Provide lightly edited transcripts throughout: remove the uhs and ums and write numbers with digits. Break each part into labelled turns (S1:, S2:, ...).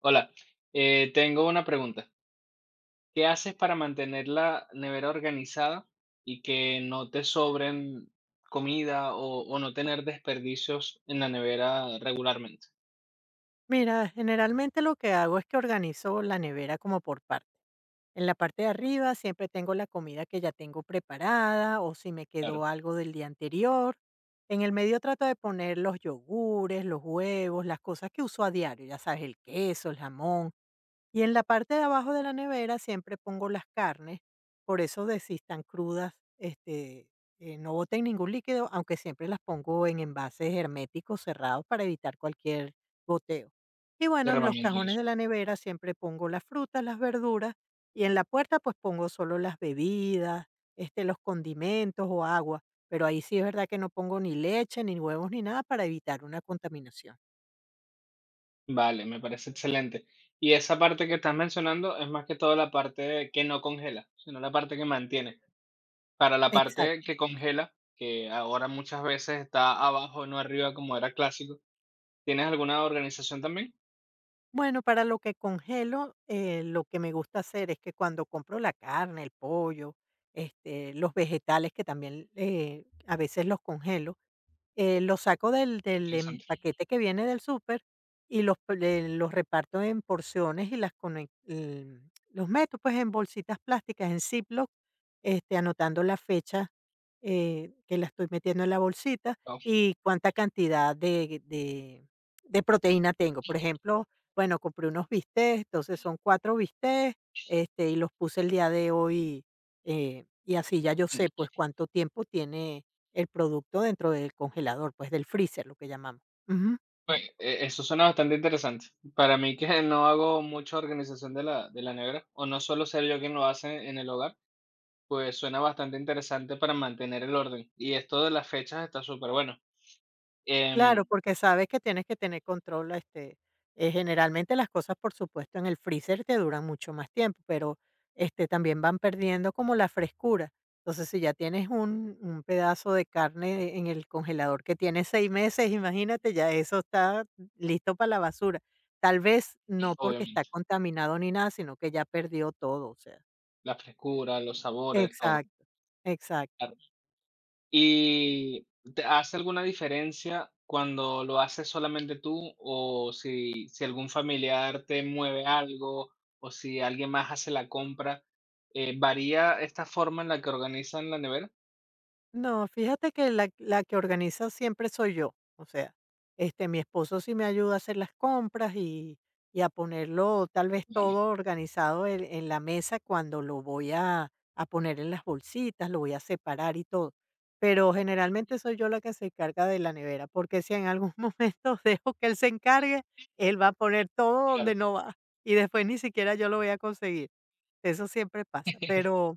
S1: Hola, tengo una pregunta. ¿Qué haces para mantener la nevera organizada y que no te sobren comida o no tener desperdicios en la nevera regularmente?
S2: Mira, generalmente lo que hago es que organizo la nevera como por parte. En la parte de arriba siempre tengo la comida que ya tengo preparada o si me
S1: Claro,
S2: quedó algo del día anterior. En el medio trato de poner los yogures, los huevos, las cosas que uso a diario, ya sabes, el queso, el jamón. Y en la parte de abajo de la nevera siempre pongo las carnes, por eso de si están crudas, no boten ningún líquido, aunque siempre las pongo en envases herméticos cerrados para evitar cualquier goteo. Y bueno, en los
S1: derramamiento y
S2: cajones
S1: eso.
S2: de la nevera siempre pongo las frutas, las verduras, y en la puerta pues pongo solo las bebidas, los condimentos o agua, pero ahí sí es verdad que no pongo ni leche, ni huevos, ni nada para evitar una contaminación.
S1: Vale, me parece excelente. Y esa parte que estás mencionando es más que todo la parte que no congela, sino la parte que mantiene. Para la parte
S2: Exacto.
S1: que congela, que ahora muchas veces está abajo, no arriba, como era clásico, ¿tienes alguna organización también?
S2: Bueno, para lo que congelo, lo que me gusta hacer es que cuando compro la carne, el pollo, los vegetales que también a veces los congelo, los saco del
S1: Interesante.
S2: paquete que viene del súper y los p le los reparto en porciones y los meto, pues, en bolsitas plásticas, en Ziploc, anotando la fecha, que la estoy metiendo en la bolsita
S1: Wao.
S2: y cuánta cantidad de proteína tengo. Por ejemplo, bueno, compré unos bistecs, entonces son 4 bistecs, y los puse el día de hoy, y así ya yo sé, pues, cuánto tiempo tiene el producto dentro del congelador, pues, del freezer, lo que llamamos. Ujú.
S1: Oye, eso suena bastante interesante. Para mí que no hago mucha organización de la nevera, o no suelo ser yo quien lo hace en el hogar, pues suena bastante interesante para mantener el orden. Y esto de las fechas está súper bueno.
S2: Claro,
S1: Em,
S2: porque sabes que tienes que tener control, generalmente las cosas, por supuesto, en el freezer te duran mucho más tiempo, pero, también van perdiendo como la frescura. Entonces, si ya tienes un pedazo de carne en el congelador que tiene 6 meses, imagínate, ya eso está listo para la basura. Tal vez no porque está
S1: obviamente,
S2: contaminado ni nada, sino que ya perdió todo, o sea.
S1: la frescura, los sabores, todo.
S2: Exacto, exacto.
S1: ¿Y te hace alguna diferencia cuando lo haces solamente tú o si algún familiar te mueve algo o si alguien más hace la compra? ¿Varía esta forma en la que organizan la nevera?
S2: No, fíjate que la que organiza siempre soy yo. O sea, mi esposo sí me ayuda a hacer las compras y a ponerlo tal vez
S1: Vale,
S2: todo organizado en la mesa cuando lo voy a poner en las bolsitas, lo voy a separar y todo. Pero generalmente soy yo la que se encarga de la nevera, porque si en algún momento dejo que él se encargue, él va a poner todo
S1: claro.
S2: donde no va y después ni siquiera yo lo voy a conseguir. Eso siempre pasa, pero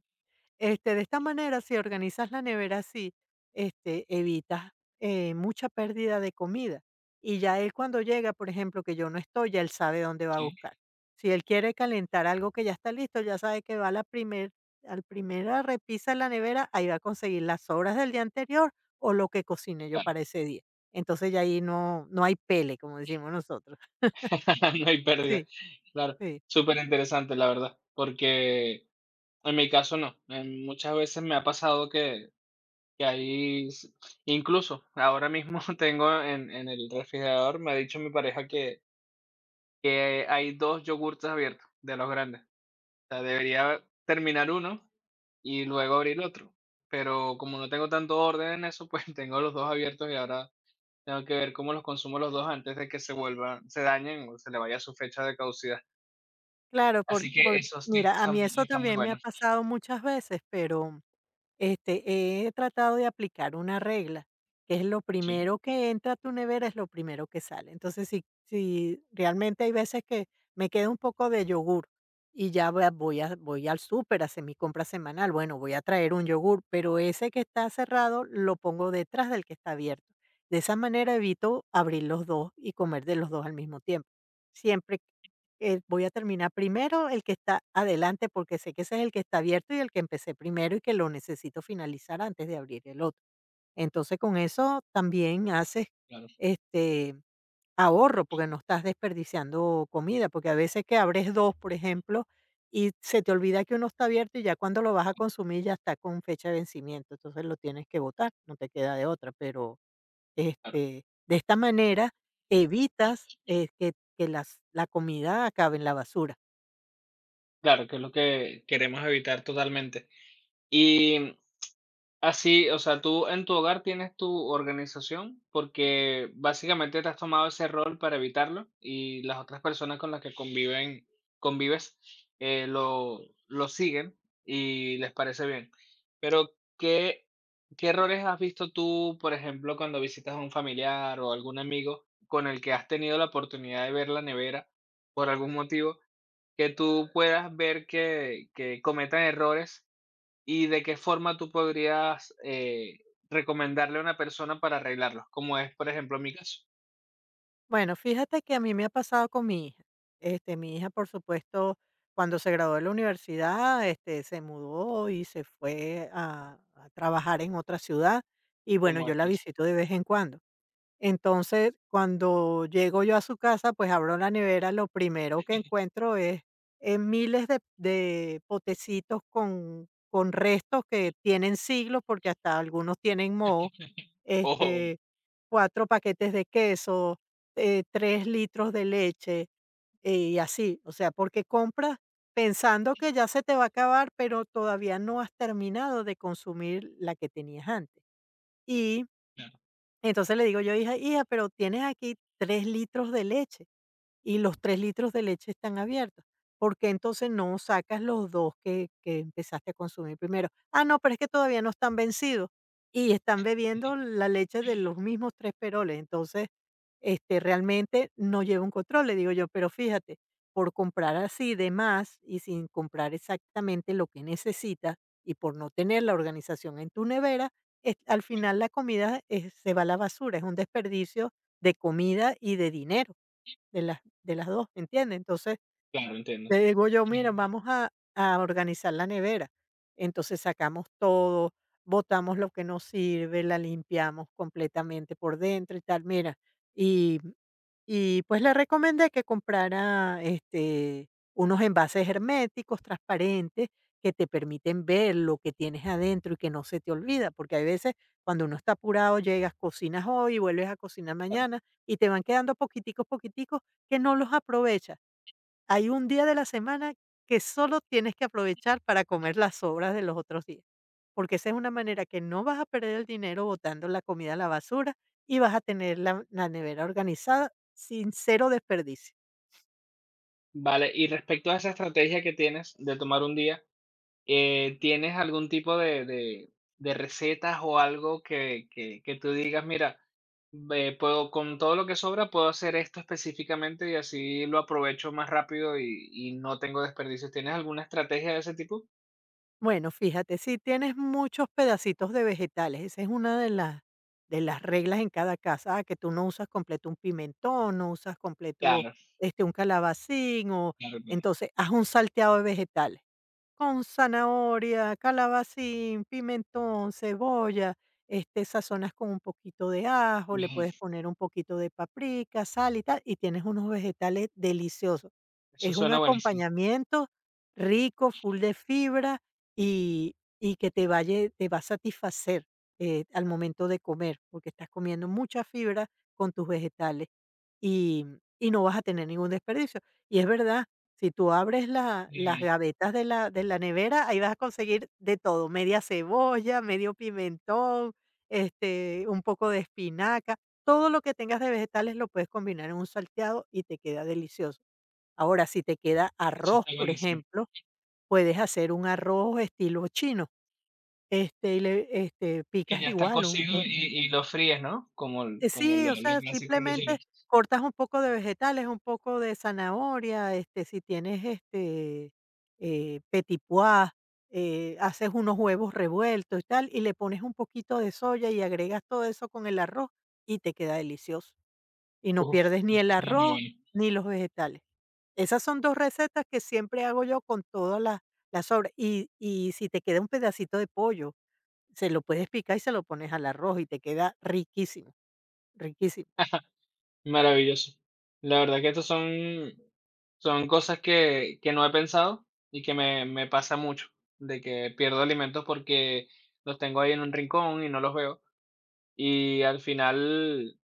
S2: de esta manera, si organizas la nevera así, evitas, mucha pérdida de comida. Y ya él cuando llega, por ejemplo, que yo no estoy, ya él sabe dónde va a
S1: Sí,
S2: buscar. Si él quiere calentar algo que ya está listo, ya sabe que va al primera repisa de la nevera, ahí va a conseguir las sobras del día anterior o lo que cocine yo
S1: claro.
S2: para ese día. Entonces ya ahí no, no hay pele, como decimos nosotros.
S1: No hay pérdida.
S2: Sí,
S1: Claro,
S2: sí.
S1: súper interesante, la verdad, porque en mi caso no. En muchas veces me ha pasado que ahí, incluso ahora mismo tengo en el refrigerador, me ha dicho mi pareja que hay dos yogurts abiertos de los grandes. O sea, debería terminar uno y luego abrir otro. Pero como no tengo tanto orden en eso, pues tengo los dos abiertos y ahora tengo que ver cómo los consumo los dos antes de que se vuelvan, se dañen o se le vaya su fecha de caducidad.
S2: Claro,
S1: Así que esos tips
S2: mira, a
S1: están,
S2: mí eso
S1: están muy
S2: también me ha
S1: buenos.
S2: pasado muchas veces, pero. He tratado de aplicar una regla, que es lo
S1: Sí,
S2: primero que entra a tu nevera es lo primero que sale. Entonces, si realmente hay veces que me queda un poco de yogur y ya voy al súper a hacer mi compra semanal, bueno, voy a traer un yogur, pero ese que está cerrado lo pongo detrás del que está abierto. De esa manera evito abrir los dos y comer de los dos al mismo tiempo. Siempre voy a terminar primero el que está adelante, porque sé que ese es el que está abierto y el que empecé primero y que lo necesito finalizar antes de abrir el otro. Entonces, con eso también haces
S1: claro,
S2: este ahorro, porque no estás desperdiciando comida, porque a veces que abres dos, por ejemplo, y se te olvida que uno está abierto y ya cuando lo vas a consumir ya está con fecha de vencimiento, entonces lo tienes que botar, no te queda de otra, pero
S1: claro.
S2: de esta manera evitas que la comida acabe en la basura.
S1: Claro, que es lo que queremos evitar totalmente. Y así, o sea, tú en tu hogar tienes tu organización porque básicamente te has tomado ese rol para evitarlo y las otras personas con las que convives eh, lo, lo siguen y les parece bien. Pero, ¿qué, ¿qué errores has visto tú, por ejemplo, cuando visitas a un familiar o algún amigo con el que has tenido la oportunidad de ver la nevera por algún motivo, que tú puedas ver que cometan errores? ¿Y de qué forma tú podrías, recomendarle a una persona para arreglarlos? Como es, por ejemplo, mi caso,
S2: Bueno, fíjate que a mí me ha pasado con mi hija. Mi hija, por supuesto, cuando se graduó de la universidad, se mudó y se fue a trabajar en otra ciudad. Y bueno,
S1: como
S2: yo
S1: es
S2: la
S1: caso.
S2: visito de vez en cuando. Entonces, cuando llego yo a su casa, pues abro la nevera, lo primero que encuentro es miles de potecitos con restos que tienen siglos, porque hasta algunos tienen moho,
S1: Oh,
S2: este, 4 paquetes de queso, 3 litros de leche, y así. O sea, porque compras pensando que ya se te va a acabar, pero todavía no has terminado de consumir la que tenías antes. Y
S1: claro,
S2: entonces le digo yo: "Hija, hija, pero tienes aquí 3 litros de leche", y los 3 litros de leche están abiertos. ¿Por qué entonces no sacas los 2 que empezaste a consumir primero? Ah, no, pero es que todavía no están vencidos y están bebiendo la leche de los mismos 3 peroles. Entonces, realmente no lleva un control, le digo yo, pero fíjate, por comprar así de más y sin comprar exactamente lo que necesitas y por no tener la organización en tu nevera, es al final la comida, se va a la basura, es un desperdicio de comida y de dinero de las dos, ¿entiendes? Entonces,
S1: claro, entiendo.
S2: le digo yo: "Mira, vamos a organizar la nevera". Entonces sacamos todo, botamos lo que no sirve, la limpiamos completamente por dentro y tal, mira, y y pues le recomendé que comprara, unos envases herméticos transparentes que te permiten ver lo que tienes adentro y que no se te olvida, porque hay veces cuando uno está apurado, llegas, cocinas hoy, vuelves a cocinar
S1: Claro.
S2: mañana y te van quedando poquiticos, poquiticos que no los aprovechas. Hay un día de la semana que solo tienes que aprovechar para comer las sobras de los otros días, porque esa es una manera que no vas a perder el dinero botando la comida a la basura y vas a tener la nevera organizada sin cero desperdicio.
S1: Vale, y respecto a esa estrategia que tienes de tomar un día, ¿tienes algún tipo de recetas o algo que tú digas: "Mira, ve puedo con todo lo que sobra, puedo hacer esto específicamente y así lo aprovecho más rápido y no tengo desperdicios"? ¿Tienes alguna estrategia de ese tipo?
S2: Bueno, fíjate, si tienes muchos pedacitos de vegetales, esa es una de las reglas en cada casa, que tú no usas completo un pimentón, no usas completo
S1: Claro,
S2: un calabacín, o
S1: claro, claro.
S2: entonces haz un salteado de vegetales con zanahoria, calabacín, pimentón, cebolla, sazonas con un poquito de ajo, le puedes poner un poquito de paprika, sal y tal, y tienes unos vegetales deliciosos.
S1: Eso
S2: Es un
S1: suena buenísimo.
S2: acompañamiento rico, full de fibra y que te va a satisfacer al momento de comer, porque estás comiendo mucha fibra con tus vegetales y, y no vas a tener ningún desperdicio. Y es verdad, si tú abres la las
S1: Y
S2: gavetas de la nevera, ahí vas a conseguir de todo, media cebolla, medio pimentón, un poco de espinaca, todo lo que tengas de vegetales lo puedes combinar en un salteado y te queda delicioso. Ahora, si te queda
S1: eso
S2: arroz,
S1: está
S2: por
S1: buenísimo.
S2: ejemplo, puedes hacer un arroz estilo chino,
S1: Que
S2: picas
S1: ya está
S2: igual
S1: cocido
S2: un
S1: y lo fríes, ¿no? Como, como
S2: sí,
S1: lo,
S2: o
S1: lo
S2: sea,
S1: clásico de los
S2: simplemente
S1: chinos.
S2: cortas un poco de vegetales, un poco de zanahoria, si tienes, petit pois, haces unos huevos revueltos y tal, y le pones un poquito de soya y agregas todo eso con el arroz y te queda delicioso. Y no
S1: Uf,
S2: pierdes ni
S1: eso
S2: el
S1: suena muy
S2: arroz
S1: bueno.
S2: ni los vegetales. Esas son 2 recetas que siempre hago yo con todas las sobras. Y si te queda un pedacito de pollo, se lo puedes picar y se lo pones al arroz y te queda riquísimo, riquísimo.
S1: Maravilloso. La verdad que estos son, son cosas que no he pensado y que me pasa mucho, de que pierdo alimentos porque los tengo ahí en un rincón y no los veo. Y al final,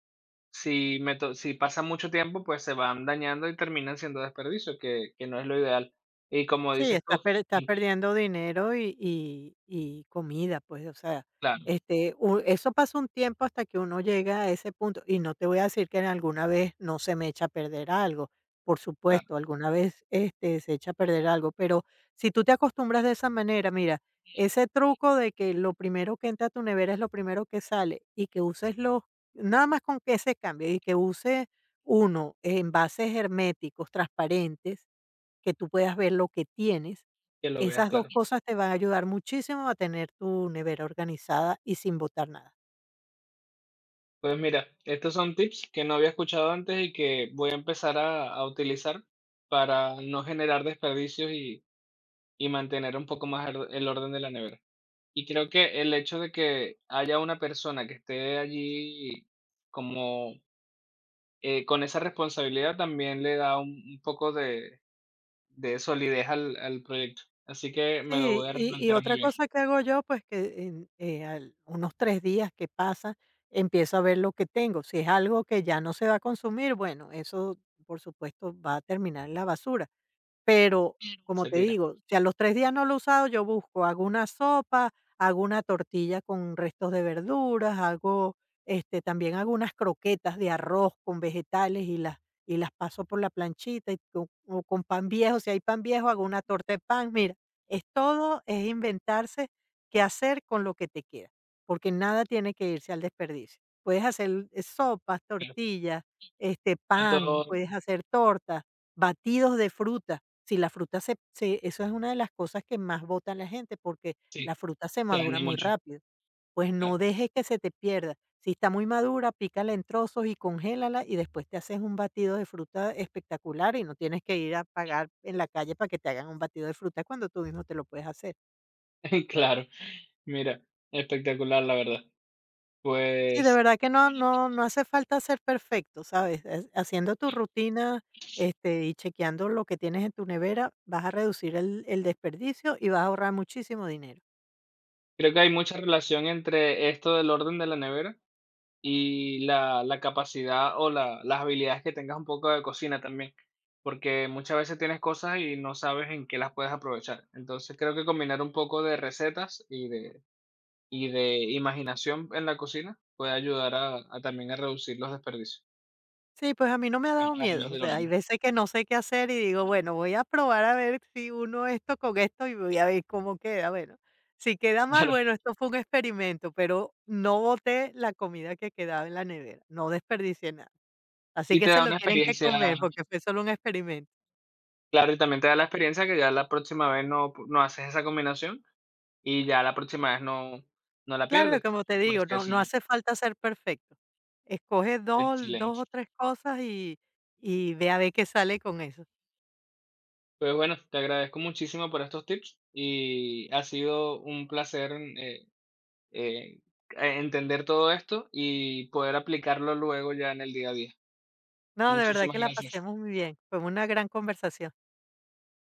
S1: si, si pasa mucho tiempo, pues se van dañando y terminan siendo desperdicio, que no es lo ideal. Y como
S2: Sí,
S1: dices
S2: estás
S1: tú,
S2: per estás perdiendo dinero y comida, pues, o sea,
S1: claro,
S2: este, u eso pasa un tiempo hasta que uno llega a ese punto, y no te voy a decir que en alguna vez no se me echa a perder algo, por
S1: claro,
S2: supuesto, alguna vez, se echa a perder algo, pero si tú te acostumbras de esa manera, mira, ese truco de que lo primero que entra a tu nevera es lo primero que sale, y que uses los nada más con que ese cambio, y que uses uno envases herméticos transparentes, que tú puedas ver lo que tienes.
S1: que lo veas
S2: Esas 2
S1: claro.
S2: cosas te van a ayudar muchísimo a tener tu nevera organizada y sin botar nada.
S1: Pues mira, estos son tips que no había escuchado antes y que voy a empezar a utilizar para no generar desperdicios y mantener un poco más el orden de la nevera. Y creo que el hecho de que haya una persona que esté allí como con esa responsabilidad también le da un poco de solidez al proyecto. Así que me lo
S2: Sí,
S1: voy a
S2: y
S1: replantear muy
S2: otra
S1: bien.
S2: cosa que hago yo, pues, que al unos 3 días que pasa empiezo a ver lo que tengo. Si es algo que ya no se va a consumir, bueno, eso, por supuesto, va a terminar en la basura. Pero, como
S1: Se
S2: te
S1: tira.
S2: digo, si a los 3 días no lo he usado, yo busco, hago una sopa, hago, una tortilla con restos de verduras, también hago unas croquetas de arroz con vegetales y las paso por la planchita y con pan viejo, si hay pan viejo, hago una torta de pan. Mira, es todo, es inventarse qué hacer con lo que te queda, porque nada tiene que irse al desperdicio. Puedes hacer, sopas,
S1: Pero
S2: tortillas,
S1: no todo,
S2: pan, puedes hacer tortas, batidos de fruta. Si la fruta se se Eso es una de las cosas que más bota la gente, porque la
S1: sí,
S2: fruta se
S1: se
S2: madura
S1: daña
S2: muy
S1: mucho.
S2: rápido. Pues no
S1: Claro,
S2: dejes que se te pierda. Si está muy madura, pícala en trozos y congélala, y después te haces un batido de fruta espectacular, y no tienes que ir a pagar en la calle para que te hagan un batido de fruta cuando tú mismo te lo puedes hacer.
S1: claro. Mira, espectacular, la verdad.
S2: Sí, de
S1: Pues,
S2: verdad que no hace falta ser perfecto, ¿sabes? Es haciendo tu rutina, y chequeando lo que tienes en tu nevera, vas a reducir el desperdicio y vas a ahorrar muchísimo dinero.
S1: creo que hay mucha relación entre esto del orden de la nevera y la capacidad o la las habilidades que tengas un poco de cocina también, porque muchas veces tienes cosas y no sabes en qué las puedes aprovechar. Entonces, creo que combinar un poco de recetas y de imaginación en la cocina puede ayudar a también a reducir los desperdicios,
S2: Sí, pues a mí no me ha dado miedo,
S1: además
S2: o
S1: del
S2: sea,
S1: orden.
S2: hay veces que no sé qué hacer y digo, bueno, voy a probar a ver si uno esto con esto y voy a ver cómo queda. Bueno, si queda mal,
S1: Claro.
S2: bueno, esto fue un experimento, pero no boté la comida que quedaba en la nevera, no desperdicié nada. Así
S1: Y
S2: que
S1: te
S2: se
S1: da
S2: lo
S1: una
S2: tienen que
S1: experiencia
S2: comer porque fue solo un experimento.
S1: claro, y también te da la experiencia que ya la próxima vez no haces esa combinación. Y ya la próxima vez no no la
S2: Claro,
S1: pierdes,
S2: como te
S1: por
S2: digo,
S1: así
S2: no, no
S1: decirlo.
S2: hace falta ser perfecto. Escoge dos, dos o
S1: Excelente.
S2: tres cosas y ve a ver qué sale con eso.
S1: Pues bueno, te agradezco muchísimo por estos tips y ha sido un placer, eh, entender todo esto y poder aplicarlo luego ya en el día a día.
S2: No, de verdad que
S1: Muchísimas
S2: la
S1: gracias.
S2: pasemos muy bien. Fue una gran conversación.